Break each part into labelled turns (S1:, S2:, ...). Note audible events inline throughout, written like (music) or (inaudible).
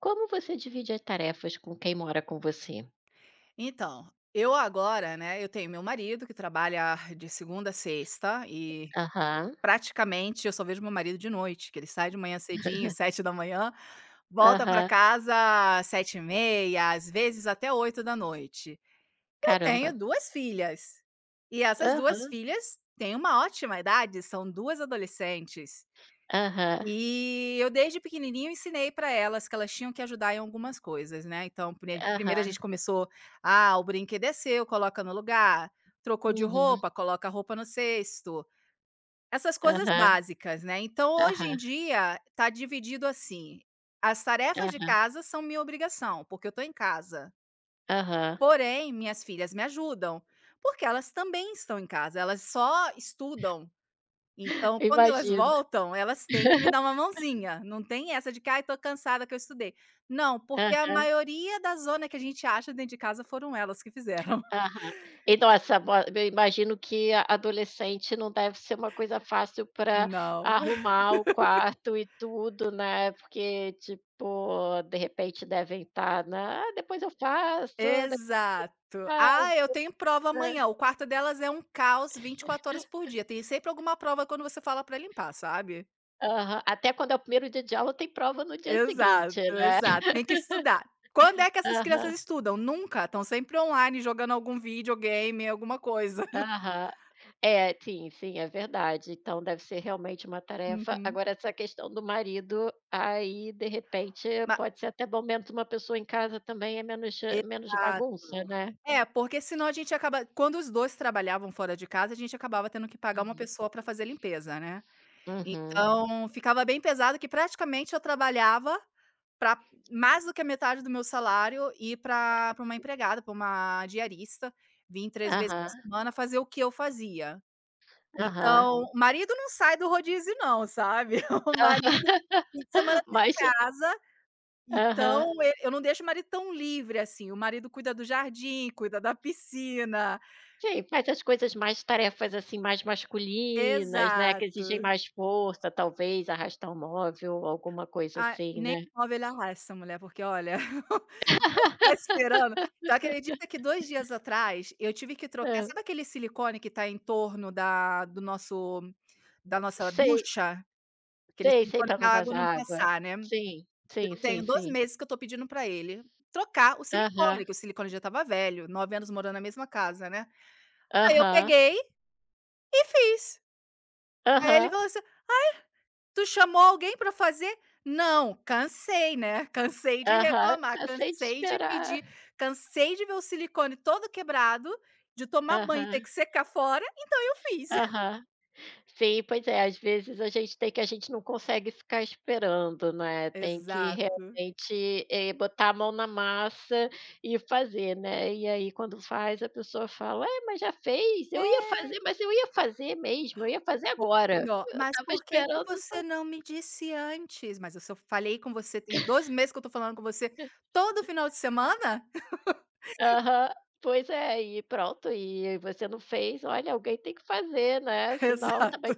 S1: Como você divide as tarefas com quem mora com você?
S2: Então, eu agora, né, eu tenho meu marido que trabalha de segunda a sexta e
S1: Aham,
S2: praticamente eu só vejo meu marido de noite, que ele sai de manhã cedinho, 7 da manhã, volta para
S1: aham.
S2: casa às 7h30, às vezes até 8 da noite. Eu tenho
S1: Caramba.
S2: 2 filhas, e essas 2
S1: Aham,
S2: filhas têm uma ótima idade, são 2 adolescentes.
S1: aham,
S2: E eu desde pequenininho ensinei para elas que elas tinham que ajudar em algumas coisas, né, então primeiro a
S1: aham.
S2: gente começou: "Ah, o brinquedo é seu, coloca no lugar, trocou de
S1: Uhum.
S2: roupa, coloca a roupa no cesto", essas coisas
S1: Aham,
S2: básicas, né. Então hoje em
S1: aham,
S2: dia tá dividido assim, as tarefas de
S1: aham,
S2: casa são minha obrigação, porque eu tô em casa,
S1: aham.
S2: porém minhas filhas me ajudam, porque elas também estão em casa, elas só estudam então, quando elas
S1: Imagino.
S2: voltam, elas têm que me
S1: (laughs)
S2: dar uma mãozinha, não tem essa de que: "Ai, tô cansada que eu estudei". Não, porque
S1: Ah,
S2: a maioria da zona que a gente acha dentro de casa foram elas que fizeram. (laughs)
S1: aham. E nossa, bo eu imagino que a adolescente não deve ser uma coisa fácil para
S2: Não.
S1: arrumar o quarto e tudo, né, porque, tipo, de repente devem estar né? "Ah, depois eu faço, depois
S2: Exato.
S1: eu
S2: "Ah, eu
S1: faço",
S2: tenho prova
S1: né.
S2: amanhã", o quarto delas é um caos 24 horas por dia, tem sempre alguma prova quando você fala pra limpar, sabe.
S1: Aham, até quando é o primeiro dia de aula tem prova no dia
S2: Exato,
S1: seguinte, né.
S2: exato, tem que
S1: (laughs)
S2: estudar. Quando é que essas crianças
S1: Aham,
S2: estudam? Nunca, estão sempre online jogando algum videogame, alguma coisa. (laughs)
S1: aham. É, sim, sim, é verdade. Então deve ser realmente uma tarefa.
S2: Uhum.
S1: Agora essa questão do marido, aí de repente
S2: Ma
S1: pode ser até bom menos uma pessoa em casa também, é menos menos
S2: exato.
S1: bagunça, né.
S2: É, porque senão a gente acaba quando os 2 trabalhavam fora de casa, a gente acabava tendo que pagar uma
S1: Uhum.
S2: pessoa para fazer limpeza, né.
S1: Uhum.
S2: Então, ficava bem pesado que praticamente eu trabalhava para mais do que a metade do meu salário ir para pra uma empregada, para uma diarista, vim três vezes na
S1: Aham,
S2: semana fazer o que eu fazia.
S1: aham.
S2: Então, o marido não sai do rodízio não, sabe. (laughs) O
S1: Aham.
S2: marido fim de semana
S1: (laughs)
S2: tá em
S1: Mas
S2: casa
S1: aham.
S2: então, e eu não deixo o marido tão livre assim, o marido cuida do jardim, cuida da piscina.
S1: Sim, mas as coisas mais tarefas, assim, mais masculinas, né, que exigem
S2: Exato.
S1: mais força, talvez arrastar um móvel, alguma coisa
S2: Ah,
S1: assim,
S2: nem
S1: né.
S2: móvel ele arrasta essa mulher, porque olha, (laughs) ficar
S1: (laughs)
S2: esperando tu acredita que 2 dias atrás eu tive que trocar
S1: Hã.
S2: sabe aquele silicone que tá em torno da do nosso da nossa
S1: Sei,
S2: ducha? Aquele
S1: sei, sei,
S2: silicone
S1: pra
S2: que
S1: não
S2: a água
S1: vazar
S2: não
S1: água.
S2: passar, né.
S1: Sim, sim,
S2: Eu
S1: sim,
S2: tenho 2
S1: sim.
S2: meses que eu tô pedindo pra ele trocar o
S1: Aham,
S2: silicone, que o silicone já estava velho, 9 anos morando na mesma casa, né. Aí eu
S1: aham,
S2: peguei e fiz. Aí ele
S1: aham,
S2: falou assim: "Tu chamou alguém para fazer?" "Não, cansei, né, (laughs) cansei de
S1: aham.
S2: reclamar,
S1: Cansei de
S2: cansei de pedir,
S1: esperar.
S2: cansei de ver o silicone todo quebrado, de tomar banho e ter
S1: Aham,
S2: que secar fora, eu fiz". (laughs)
S1: aham. Sim, pois é, às vezes a gente tem que a gente não consegue ficar esperando, né, tem que
S2: Exato.
S1: realmente, botar a mão na massa e fazer, né. E aí quando faz a pessoa fala: "É, mas já fez? Eu ia
S2: É.
S1: fazer, mas eu ia fazer mesmo, eu ia fazer
S2: Pô.
S1: agora.
S2: E ó,
S1: Eu
S2: "Mas
S1: estava
S2: por que que
S1: esperando".
S2: você não me disse antes?" "Mas eu só falei com você tem 2 meses que eu tô falando com você todo final de semana?"
S1: Aham. Pois é, e pronto, e você não fez, olha, alguém tem que fazer, né,
S2: (laughs)
S1: senão
S2: Exato,
S1: também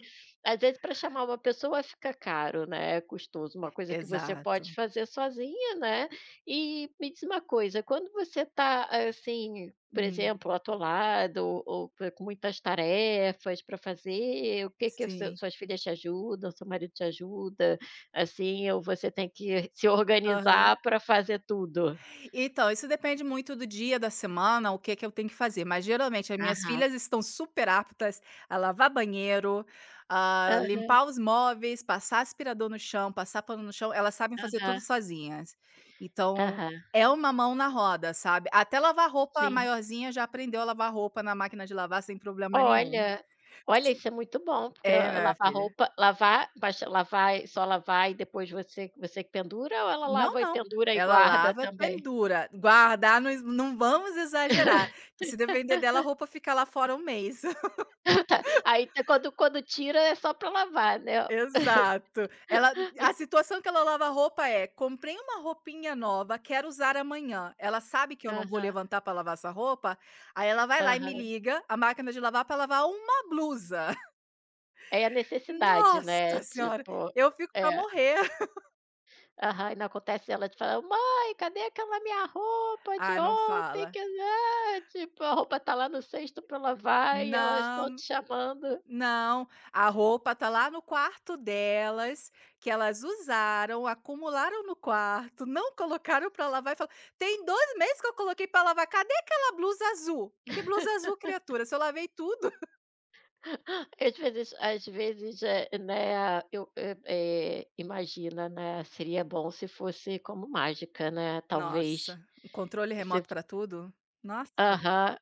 S1: às vezes para chamar uma pessoa fica caro, né, é custoso, uma coisa que você pode
S2: exato.
S1: fazer sozinha, né. E me diz uma coisa, quando você está, assim, por
S2: Hum,
S1: exemplo, atolado ou com muitas tarefas para fazer, o que que seu
S2: sim.
S1: suas filhas te ajudam, seu marido te ajuda, assim, ou você tem que se
S2: Aham.
S1: organizar para fazer tudo?
S2: Então, isso depende muito do dia, da semana, o que que eu tenho que fazer, mas geralmente as minhas
S1: Aham.
S2: filhas estão super aptas a lavar banheiro, a
S1: Aham.
S2: limpar os móveis, passar aspirador no chão, passar pano no chão, elas sabem fazer tudo
S1: Aham,
S2: sozinhas. Então,
S1: aham,
S2: é uma mão na roda, sabe. Até lavar roupa, a
S1: sim.
S2: maiorzinha já aprendeu a lavar roupa na máquina de lavar sem problema nenhum.
S1: Olha, olha, isso é muito bom, porque
S2: É,
S1: ah,
S2: minha
S1: lavar
S2: filha.
S1: roupa lavar, basta lavar e só lavar e depois você que pendura ou ela
S2: Não,
S1: lava e
S2: não.
S1: pendura e
S2: Ela
S1: guarda
S2: lava, e
S1: também?
S2: pendura, guardar, nós não vamos exagerar,
S1: (laughs)
S2: que se depender dela a roupa fica lá fora um mês.
S1: Tá, aí tá quando tira é só para lavar, né.
S2: Exato. Ela a situação que ela lava a roupa é: "Comprei uma roupinha nova, quero usar amanhã". Ela sabe que eu não vou
S1: Aham,
S2: levantar para lavar essa roupa, aí ela vai lá e me
S1: aham.
S2: liga, a máquina de lavar para lavar uma blusa. (laughs)
S1: É a necessidade, né,
S2: Nossa senhora,
S1: tipo
S2: eu fico
S1: é.
S2: para morrer. (laughs)
S1: Aham, e não acontece ela te falar: "Mãe, cadê aquela minha roupa de
S2: Ah, não
S1: ontem
S2: fala.
S1: que né", tipo, a roupa tá lá no cesto pra lavar e elas estão
S2: Não.
S1: te chamando.
S2: Não, a roupa tá lá no quarto delas, que elas usaram, acumularam no quarto, não colocaram pra lavar e fala: "Tem 2 meses que eu coloquei pra lavar, cadê aquela blusa azul? Que blusa azul criatura, se eu lavei tudo". (laughs)
S1: (laughs) Às vezes, imagina, né, seria bom se fosse como mágica, né, talvez.
S2: Nossa, um controle
S1: Se
S2: remoto pra tudo? Nossa.
S1: Aham,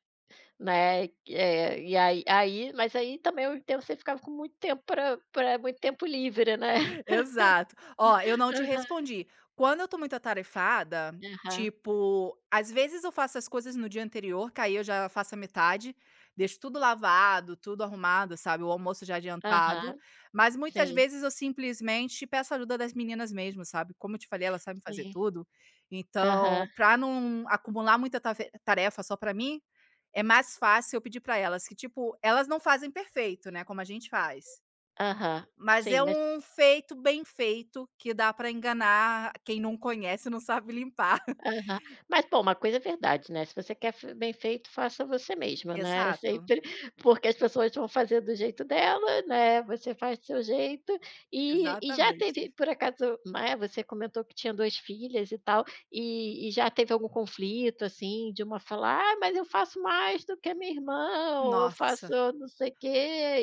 S1: né, e aí mas aí também ao mesmo tempo você ficava com muito tempo para muito tempo livre, né.
S2: Exato. Ó, eu não te
S1: (laughs)
S2: respondi. Quando eu tô muito atarefada,
S1: Aham,
S2: tipo, às vezes eu faço as coisas no dia anterior, que aí eu já faço a metade, deixo tudo lavado, tudo arrumado, sabe, o almoço já
S1: aham,
S2: adiantado,
S1: aham,
S2: mas muitas
S1: sim.
S2: vezes eu simplesmente peço ajuda das meninas mesmo, sabe. Como eu te falei, elas sabem fazer
S1: Sim.
S2: tudo,
S1: Aham,
S2: então, pra não acumular muita tafe tarefa só pra mim, é mais fácil eu pedir pra elas, que tipo, elas não fazem perfeito, né, como a gente faz.
S1: aham.
S2: Mas
S1: Sim,
S2: é
S1: mas
S2: um feito bem feito que dá para enganar quem não conhece e não sabe limpar. (laughs)
S1: aham. Mas, pô, uma coisa é verdade, né, se você quer f bem feito, faça você mesma, né, (laughs)
S2: Exato,
S1: sempre porque as pessoas vão fazer do jeito dela, né, você faz do seu jeito. E já teve,
S2: exatamente.
S1: por acaso, né, você comentou que tinha 2 filhas e tal, e já teve algum conflito, assim, de uma falar: "Ah, mas eu faço mais do que a minha irmã", ou "Eu faço
S2: Nossa,
S1: não sei o quê,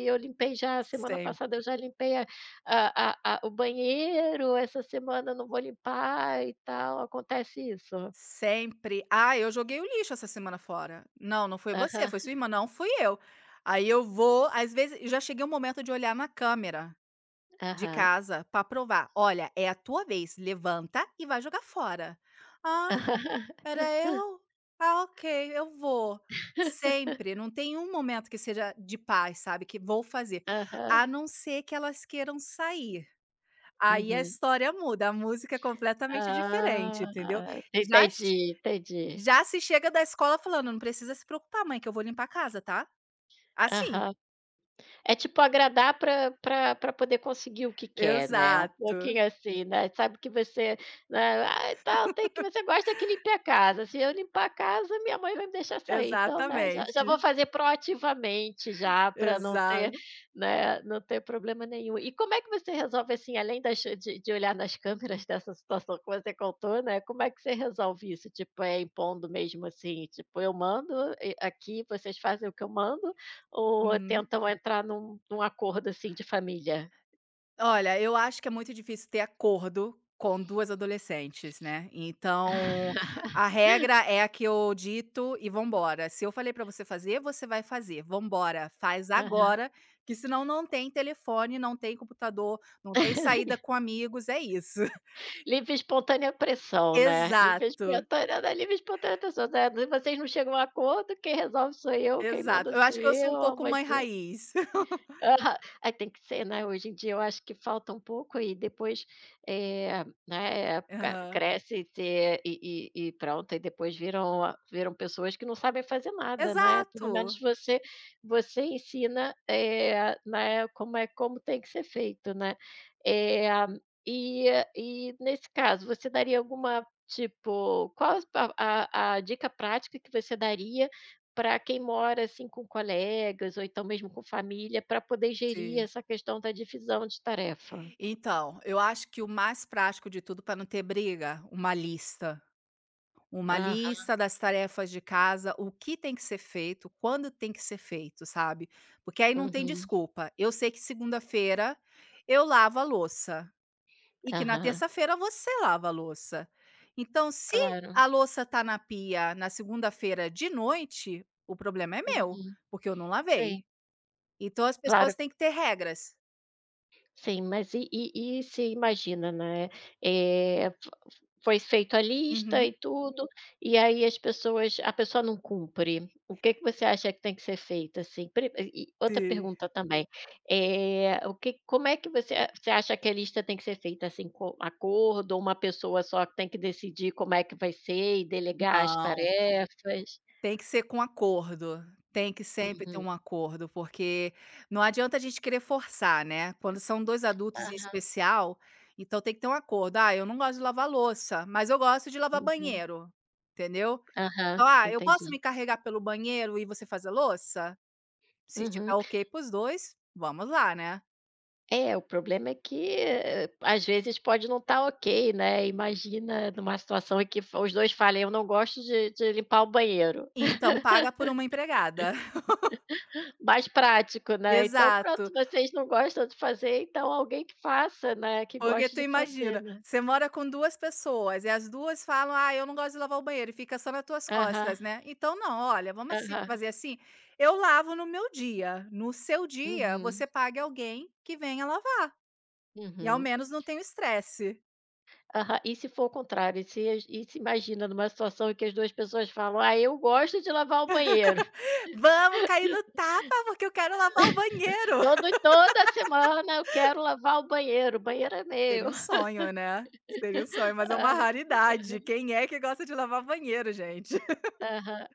S1: e eu limpei já semana
S2: sempre,
S1: passada eu já limpei a o banheiro, essa semana eu não vou limpar e tal, acontece isso?
S2: sempre. "Ah, eu joguei o lixo essa semana fora". "Não, não foi você,
S1: Aham,
S2: foi sua irmã". "Não, fui eu". Aí eu vou às vezes já cheguei um momento de olhar na câmera de
S1: aham.
S2: casa para provar: "Olha, é a tua vez, levanta e vai jogar fora". "Ah".
S1: (laughs)
S2: Era eu? Ah, ok, eu vou. Sempre, não tem um momento que seja de paz, sabe, que vou fazer,
S1: Aham,
S2: a não ser que elas queiram sair, aí a
S1: uhum.
S2: história muda, a música é completamente diferente, entendeu.
S1: Ah,
S2: Já che
S1: entendi, entendi.
S2: já se chega da escola falando: "Não precisa se preocupar mãe que eu vou limpar a casa, tá?" Assim.
S1: Aham. É tipo agradar para poder conseguir o que quer, né. É um
S2: Exato,
S1: pouquinho assim, né, sabe que você, né, ah, tal, tem que você gosta que limpe a casa, se eu limpar a casa, minha mãe vai me deixar sair, então, né, já vou
S2: exatamente,
S1: fazer proativamente já para não ter,
S2: exa
S1: né, não ter problema nenhum". E como é que você resolve, assim, além das de olhar nas câmeras (laughs) dessa situação que você contou, né, como é que você resolve isso? Tipo, é impondo mesmo, assim, tipo: "Eu mando e aqui, vocês fazem o que eu mando", ou
S2: uhum.
S1: tentam entrar num acordo, assim, de família.
S2: Olha, eu acho que é muito difícil ter acordo com 2 adolescentes, né, então a regra é a que eu dito e vamos embora. Se eu falei pra você fazer, você vai fazer. Vamos embora, faz
S1: Aham.
S2: agora, que senão não tem telefone, não tem computador, não tem saída
S1: (laughs)
S2: com amigos, é isso. (laughs)
S1: Livre e espontânea pressão, né. Livre e
S2: Exato,
S1: espontânea não é livre e espontânea pressão, né, "Vocês não chegam a acordo, quem resolve sou eu, quem
S2: exato.
S1: manda
S2: Eu
S1: sou
S2: acho que eu sou
S1: eu,
S2: um
S1: a
S2: pouco
S1: mãe
S2: mãe
S1: sou".
S2: raiz. (laughs)
S1: Aham. Aí tem que ser, né, hoje em dia eu acho que falta um pouco e depois, eh, né, ca
S2: Aham.
S1: cresce e se e e pronto, e depois viram viram pessoas que não sabem fazer nada, né, pelo
S2: Exato,
S1: menos você ensina, né, como é como tem que ser feito, né. Eh, e e nesse caso, você daria alguma tipo, qual a dica prática que você daria para quem mora, assim, com colegas ou então mesmo com família, para poder gerir
S2: sim.
S1: essa questão da divisão de tarefa.
S2: Então, eu acho que o mais prático de tudo para não ter briga, uma lista. Uma
S1: Aham,
S2: lista das tarefas de casa, o que tem que ser feito, quando tem que ser feito, sabe. Porque aí não tem
S1: uhum,
S2: desculpa. Eu sei que segunda-feira eu lavo a louça e que na
S1: aham,
S2: terça-feira você lava a louça. Então, se
S1: claro,
S2: a louça tá na pia na segunda-feira de noite, o problema é meu,
S1: uhum,
S2: porque eu não
S1: sim,
S2: lavei. Então as
S1: claro,
S2: pessoas têm que ter regras.
S1: sim, mas e você imagina, né, eh. Foi feito a lista
S2: Uhum.
S1: e tudo, e aí as pessoas a pessoa não cumpre. O que que você acha que tem que ser feito, assim? Pri E outra
S2: Sim.
S1: pergunta também, eh, o que como é que você acha que a lista tem que ser feita, assim, com acordo ou uma pessoa só que tem que decidir como é que vai ser e delegar as
S2: Não.
S1: tarefas?
S2: Tem que ser com acordo, tem que sempre ter
S1: Uhum.
S2: um acordo, porque não adianta a gente querer forçar, né. Quando são 2 adultos em
S1: Aham.
S2: especial, então tem que ter um acordo: "Ah, eu não gosto de lavar louça, mas eu gosto de lavar
S1: Uhum.
S2: banheiro", entendeu.
S1: Aham,
S2: Então: "Ah, eu posso
S1: entendi.
S2: me carregar pelo banheiro e você fazer louça?". Se estiver
S1: Uhum.
S2: ok para os dois, vamos lá, né.
S1: É, o problema é que, eh, às vezes pode não estar ok, né, imagina numa situação em que f os 2 falem: "Eu não gosto de limpar o banheiro",
S2: Então paga por uma empregada. (laughs)
S1: (laughs) mais prático, né, então pronto,
S2: Exato.
S1: vocês não gostam de fazer, então alguém que faça, né, que
S2: Porque
S1: goste
S2: tu
S1: de fazer,
S2: imagina,
S1: né.
S2: você mora com 2 pessoas e as 2 falam: "Ah, eu não gosto de lavar o banheiro", e fica só nas tuas
S1: Aham,
S2: costas, né. Então não, olha, vamos assim
S1: aham.
S2: fazer assim, eu lavo no meu dia, no seu dia
S1: Uhum,
S2: você pague alguém que venha lavar, e ao
S1: uhum.
S2: menos não tem o estresse.
S1: Aham. E se for o contrário, e se imagina numa situação em que as 2 pessoas falam: "Ah, eu gosto de lavar o banheiro,
S2: (laughs) Vamos cair no tapa, porque eu quero lavar o
S1: (laughs)
S2: banheiro.
S1: todo
S2: (laughs)
S1: toda semana eu quero lavar o banheiro é
S2: Seria
S1: meu".
S2: um sonho, né, seria um sonho,
S1: (laughs)
S2: mas é uma
S1: Ah,
S2: raridade, quem é que gosta de lavar banheiro, gente?
S1: aham.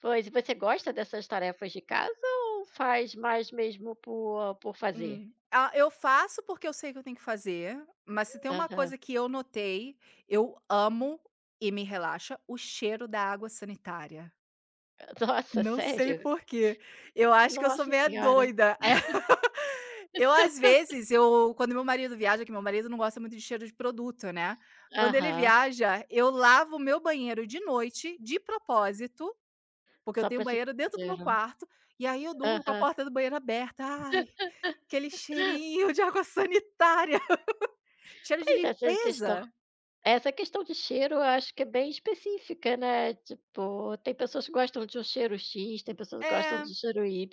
S1: Pois, e você gosta dessas tarefas de casa ou faz mais mesmo por fazer?
S2: Hum. Ah, eu faço porque eu sei que eu tenho que fazer, mas se tem uma
S1: Aham.
S2: coisa que eu notei, eu amo e me relaxa, o cheiro da água sanitária.
S1: (laughs) Nossa,
S2: Não sei
S1: sério?
S2: por quê. Eu acho que eu sou
S1: Nossa
S2: meia
S1: senhora.
S2: doida. (laughs) Eu às vezes, eu quando meu marido viaja, que meu marido não gosta muito de cheiro de produto, né. Quando ele
S1: Aham.
S2: viaja, eu lavo o meu banheiro de noite, de propósito porque eu
S1: Só
S2: tenho um
S1: para sentir
S2: banheiro
S1: o
S2: dentro do meu
S1: cheiro.
S2: quarto, e aí eu durmo com a
S1: Aham.
S2: porta do banheiro aberta. Ai, aquele cheirinho de água sanitária, (laughs) cheiro de
S1: Pois é, essa questão.
S2: limpeza.
S1: Essa questão de cheiro, eu acho que é bem específica, né, tipo, tem pessoas que gostam de um cheiro X, tem pessoas que gostam
S2: É.
S1: de um cheiro Y.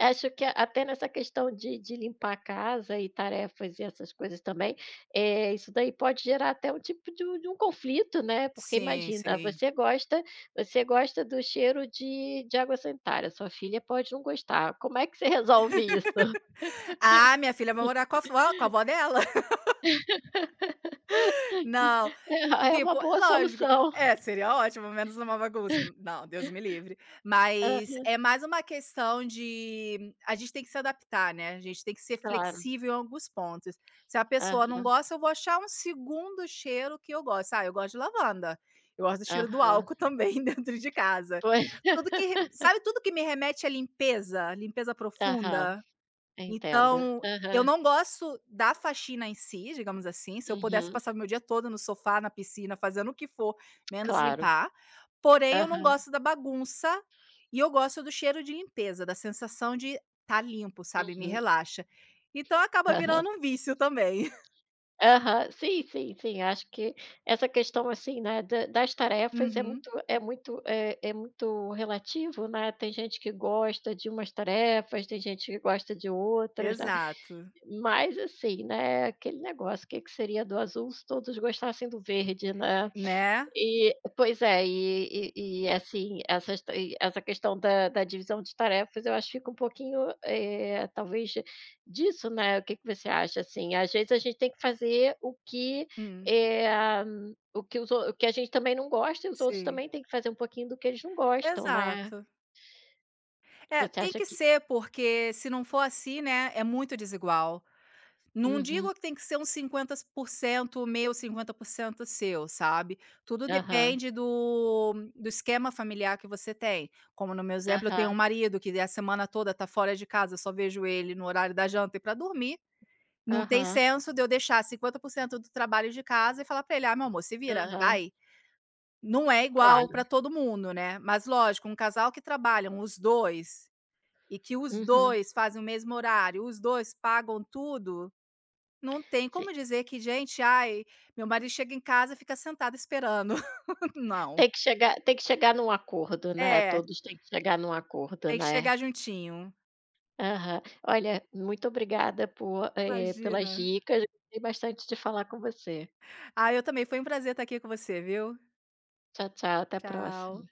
S1: Acho que até nessa questão de limpar a casa e tarefas e essas coisas também, eh, isso daí pode gerar até um tipo de um conflito, né, porque
S2: Sim,
S1: imagina,
S2: sim.
S1: você gosta do cheiro de água sanitária, sua filha pode não gostar. Como é que você resolve isso? (laughs)
S2: Ah, minha filha vai morar com a vó dela? (laughs) Não.
S1: É, é uma
S2: Tipo,
S1: boa
S2: lógico.
S1: solução.
S2: É, seria ótimo, menos uma bagunça. Não, Deus me livre. Mas
S1: Aham,
S2: é mais uma questão de a gente tem que se adaptar, né, a gente tem que ser
S1: claro.
S2: flexível em alguns pontos. Se a pessoa não
S1: Aham,
S2: gosta, eu vou achar um segundo cheiro que eu gosto. Ah, eu gosto de lavanda, eu gosto do cheiro do
S1: aham.
S2: álcool também (laughs) dentro de casa.
S1: Pois.
S2: Tudo que re sabe tudo que me remete à limpeza, limpeza
S1: Aham,
S2: profunda?
S1: entendo.
S2: Então, eu
S1: Aham,
S2: não gosto da faxina em si, digamos assim, se eu pudesse
S1: uhum,
S2: passar o meu dia todo no sofá, na piscina, fazendo o que for, menos
S1: claro.
S2: limpar, porém eu não
S1: Aham,
S2: gosto da bagunça, e eu gosto do cheiro de limpeza, da sensação de tá limpo, sabe, me
S1: uhum,
S2: relaxa. Então acaba
S1: aham,
S2: virando um vício também. (laughs)
S1: aham. Sim, sim, sim, acho que essa questão, assim, né, da das tarefas é
S2: Uhum,
S1: muito é muito é muito relativo, né, tem gente que gosta de umas tarefas, tem gente que gosta de outras, né,
S2: exato,
S1: mas, assim, né, aquele negócio, o que que seria do azul se todos gostassem do verde, né.
S2: né.
S1: E pois é, assim, essa questão da divisão de tarefas eu acho que fica um pouquinho, eh, talvez disso, né, o que que você acha, assim? Às vezes a gente tem que fazer o que,
S2: Hum,
S1: eh, o que o que a gente também não gosta e os outros
S2: sim,
S1: também têm que fazer um pouquinho do que eles não gostam, né?
S2: exato. É,
S1: Você
S2: tem
S1: acha
S2: que
S1: que
S2: ser, porque se não for assim, né, é muito desigual. Não
S1: uhum,
S2: digo que tem que ser uns 50% meu, 50% seu, sabe. Tudo
S1: aham,
S2: depende do esquema familiar que você tem. Como no meu exemplo, eu tenho um
S1: aham,
S2: marido que a semana toda tá fora de casa, eu só vejo ele no horário da janta e para dormir. Não tem
S1: aham,
S2: senso de eu deixar 50% do trabalho de casa e falar para ele: "Ah, meu amor, se vira,
S1: aham,
S2: vai". Não é igual
S1: claro,
S2: para todo mundo, né. Mas lógico, um casal que trabalham os 2 e que os
S1: uhum,
S2: 2 fazem o mesmo horário, os 2 pagam tudo, não tem
S1: sim.
S2: como dizer que: "Gente, ai, meu marido chega em casa e fica sentado esperando". (laughs) Não.
S1: Tem que chegar num acordo, né,
S2: É,
S1: todos têm que chegar num acordo,
S2: tem que
S1: né?
S2: chegar juntinho.
S1: Aham. Olha, muito obrigada por, eh, pelas
S2: Imagina.
S1: dicas. Gostei bastante de falar com você.
S2: Ah, eu também, foi um prazer estar aqui com você, viu.
S1: Tchau, tchau, até a próxima.
S2: Tchau.